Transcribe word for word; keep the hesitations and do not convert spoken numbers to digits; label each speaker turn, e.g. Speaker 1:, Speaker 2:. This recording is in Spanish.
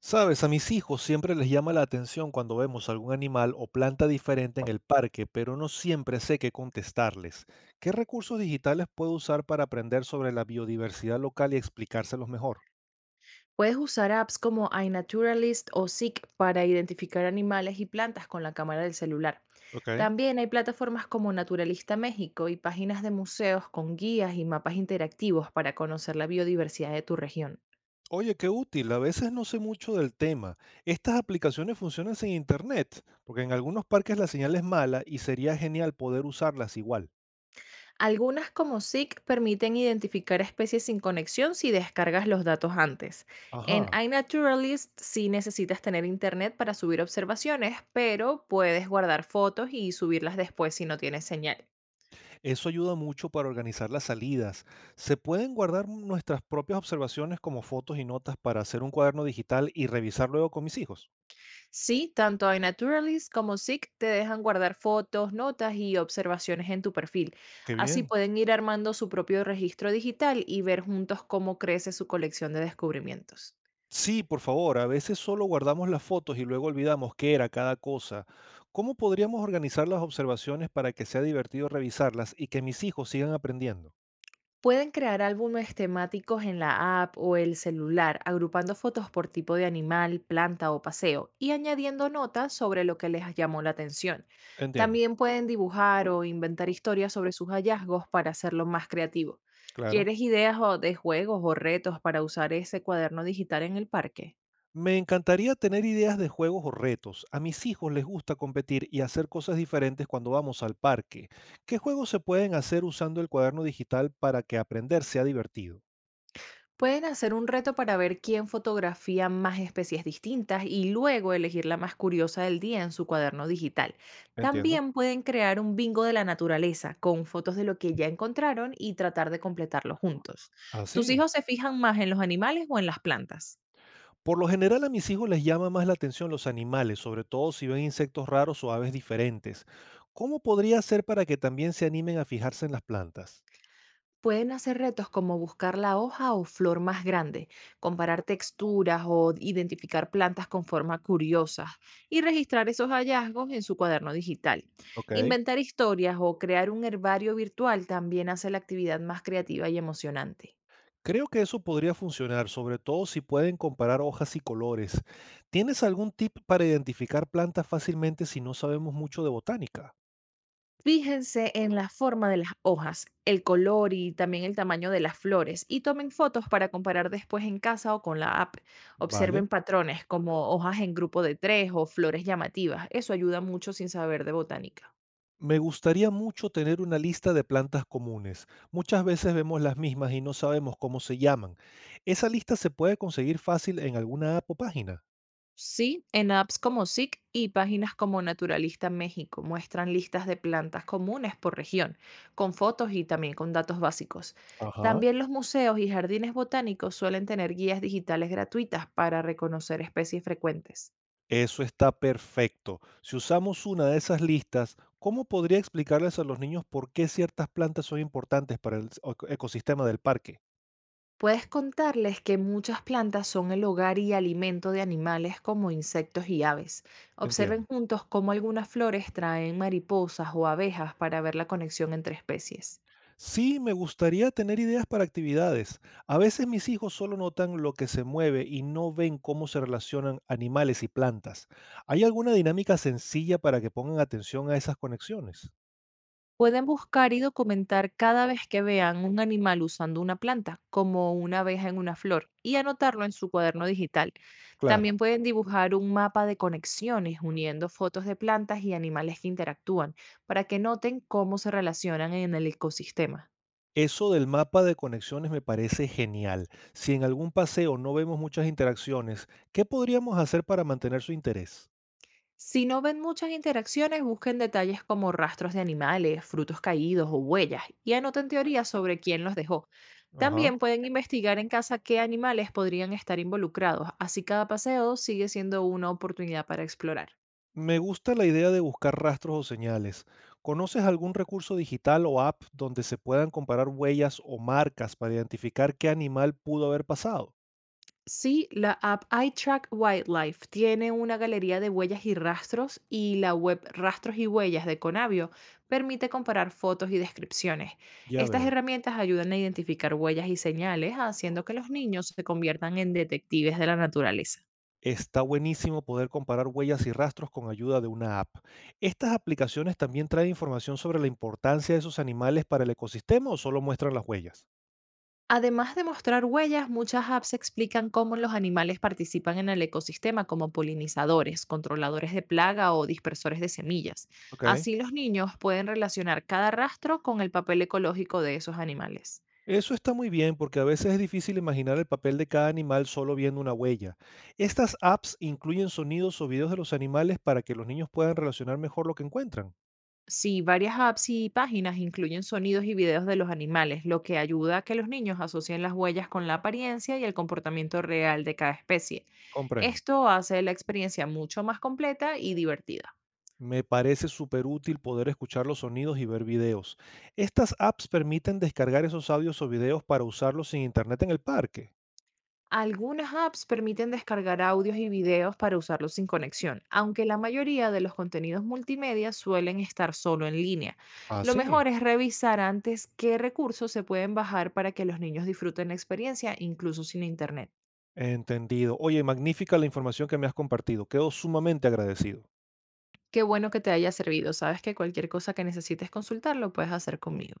Speaker 1: Sabes, a mis hijos siempre les llama la atención cuando vemos algún animal o planta diferente en el parque, pero no siempre sé qué contestarles. ¿Qué recursos digitales puedo usar para aprender sobre la biodiversidad local y explicárselos mejor?
Speaker 2: Puedes usar apps como iNaturalist o Seek para identificar animales y plantas con la cámara del celular.
Speaker 1: Ok.
Speaker 2: También hay plataformas como Naturalista México y páginas de museos con guías y mapas interactivos para conocer la biodiversidad de tu región.
Speaker 1: Oye, qué útil. A veces no sé mucho del tema. Estas aplicaciones funcionan sin internet, porque en algunos parques la señal es mala y sería genial poder usarlas igual.
Speaker 2: Algunas, como Seek, permiten identificar especies sin conexión si descargas los datos antes. En
Speaker 1: Ajá.
Speaker 2: iNaturalist sí necesitas tener internet para subir observaciones, pero puedes guardar fotos y subirlas después si no tienes señal.
Speaker 1: Eso ayuda mucho para organizar las salidas. ¿Se pueden guardar nuestras propias observaciones como fotos y notas para hacer un cuaderno digital y revisar luego con mis hijos?
Speaker 2: Sí, tanto iNaturalist como Seek te dejan guardar fotos, notas y observaciones en tu perfil.
Speaker 1: Qué
Speaker 2: Así
Speaker 1: bien.
Speaker 2: pueden ir armando su propio registro digital y ver juntos cómo crece su colección de descubrimientos.
Speaker 1: Sí, por favor, a veces solo guardamos las fotos y luego olvidamos qué era cada cosa. ¿Cómo podríamos organizar las observaciones para que sea divertido revisarlas y que mis hijos sigan aprendiendo?
Speaker 2: Pueden crear álbumes temáticos en la app o el celular, agrupando fotos por tipo de animal, planta o paseo, y añadiendo notas sobre lo que les llamó la atención.
Speaker 1: Entiendo,
Speaker 2: También pueden dibujar o inventar historias sobre sus hallazgos para hacerlo más creativo.
Speaker 1: claro.
Speaker 2: ¿Quieres ideas o de juegos o retos para usar ese cuaderno digital en el parque?
Speaker 1: Me encantaría tener ideas de juegos o retos. A mis hijos les gusta competir y hacer cosas diferentes cuando vamos al parque. ¿Qué juegos se pueden hacer usando el cuaderno digital para que aprender sea divertido?
Speaker 2: Pueden hacer un reto para ver quién fotografía más especies distintas y luego elegir la más curiosa del día en su cuaderno digital.
Speaker 1: Entiendo.
Speaker 2: También pueden crear un bingo de la naturaleza con fotos de lo que ya encontraron y tratar de completarlo juntos.
Speaker 1: Ah,
Speaker 2: ¿Tus
Speaker 1: sí.
Speaker 2: hijos se fijan más en los animales o en las plantas?
Speaker 1: Por lo general a mis hijos les llama más la atención los animales, sobre todo si ven insectos raros o aves diferentes. ¿Cómo podría hacer para que también se animen a fijarse en las plantas?
Speaker 2: Pueden hacer retos como buscar la hoja o flor más grande, comparar texturas o identificar plantas con forma curiosa, y registrar esos hallazgos en su cuaderno digital.
Speaker 1: Ok.
Speaker 2: Inventar historias o crear un herbario virtual también hace la actividad más creativa y emocionante.
Speaker 1: Creo que eso podría funcionar, sobre todo si pueden comparar hojas y colores. ¿Tienes algún tip para identificar plantas fácilmente si no sabemos mucho de botánica?
Speaker 2: Fíjense en la forma de las hojas, el color y también el tamaño de las flores, y tomen fotos para comparar después en casa o con la app.
Speaker 1: Vale.
Speaker 2: Observen patrones como hojas en grupo de tres o flores llamativas. Eso ayuda mucho sin saber de botánica.
Speaker 1: Me gustaría mucho tener una lista de plantas comunes. Muchas veces vemos las mismas y no sabemos cómo se llaman. ¿Esa lista se puede conseguir fácil en alguna app o página?
Speaker 2: Sí, en apps como S I C y páginas como Naturalista México muestran listas de plantas comunes por región, con fotos y también con datos básicos.
Speaker 1: Ajá.
Speaker 2: También los museos y jardines botánicos suelen tener guías digitales gratuitas para reconocer especies frecuentes.
Speaker 1: Eso está perfecto. Si usamos una de esas listas, ¿cómo podría explicarles a los niños por qué ciertas plantas son importantes para el s- eco- ecosistema del parque?
Speaker 2: Puedes contarles que muchas plantas son el hogar y alimento de animales como insectos y aves. Observen
Speaker 1: Entiendo.
Speaker 2: juntos cómo algunas flores traen mariposas o abejas, para ver la conexión entre especies.
Speaker 1: Sí, me gustaría tener ideas para actividades. A veces mis hijos solo notan lo que se mueve y no ven cómo se relacionan animales y plantas. ¿Hay alguna dinámica sencilla para que pongan atención a esas conexiones?
Speaker 2: Pueden buscar y documentar cada vez que vean un animal usando una planta, como una abeja en una flor, y anotarlo en su cuaderno digital.
Speaker 1: Claro.
Speaker 2: También pueden dibujar un mapa de conexiones uniendo fotos de plantas y animales que interactúan, para que noten cómo se relacionan en el ecosistema.
Speaker 1: Eso del mapa de conexiones me parece genial. Si en algún paseo no vemos muchas interacciones, ¿qué podríamos hacer para mantener su interés?
Speaker 2: Si no ven muchas interacciones, busquen detalles como rastros de animales, frutos caídos o huellas, y anoten teorías sobre quién los dejó.
Speaker 1: Ajá.
Speaker 2: También pueden investigar en casa qué animales podrían estar involucrados, así cada paseo sigue siendo una oportunidad para explorar.
Speaker 1: Me gusta la idea de buscar rastros o señales. ¿Conoces algún recurso digital o app donde se puedan comparar huellas o marcas para identificar qué animal pudo haber pasado?
Speaker 2: Sí, la app iTrack Wildlife tiene una galería de huellas y rastros, y la web Rastros y Huellas de Conavio permite comparar fotos y descripciones.
Speaker 1: Ya
Speaker 2: Estas
Speaker 1: veo.
Speaker 2: herramientas ayudan a identificar huellas y señales, haciendo que los niños se conviertan en detectives de la naturaleza.
Speaker 1: Está buenísimo poder comparar huellas y rastros con ayuda de una app. ¿Estas aplicaciones también traen información sobre la importancia de esos animales para el ecosistema o solo muestran las huellas?
Speaker 2: Además de mostrar huellas, muchas apps explican cómo los animales participan en el ecosistema como polinizadores, controladores de plaga o dispersores de semillas.
Speaker 1: Ok.
Speaker 2: Así los niños pueden relacionar cada rastro con el papel ecológico de esos animales.
Speaker 1: Eso está muy bien porque a veces es difícil imaginar el papel de cada animal solo viendo una huella. Estas apps incluyen sonidos o videos de los animales para que los niños puedan relacionar mejor lo que encuentran.
Speaker 2: Sí, varias apps y páginas incluyen sonidos y videos de los animales, lo que ayuda a que los niños asocien las huellas con la apariencia y el comportamiento real de cada especie.
Speaker 1: Comprendo.
Speaker 2: Esto hace la experiencia mucho más completa y divertida.
Speaker 1: Me parece súper útil poder escuchar los sonidos y ver videos. Estas apps permiten descargar esos audios o videos para usarlos sin internet en el parque.
Speaker 2: Algunas apps permiten descargar audios y videos para usarlos sin conexión, aunque la mayoría de los contenidos multimedia suelen estar solo en línea.
Speaker 1: Ah,
Speaker 2: Lo
Speaker 1: sí.
Speaker 2: mejor es revisar antes qué recursos se pueden bajar para que los niños disfruten la experiencia incluso sin internet.
Speaker 1: Entendido. Oye, magnífica la información que me has compartido. Quedo sumamente agradecido.
Speaker 2: Qué bueno que te haya servido. Sabes que cualquier cosa que necesites consultar lo puedes hacer conmigo.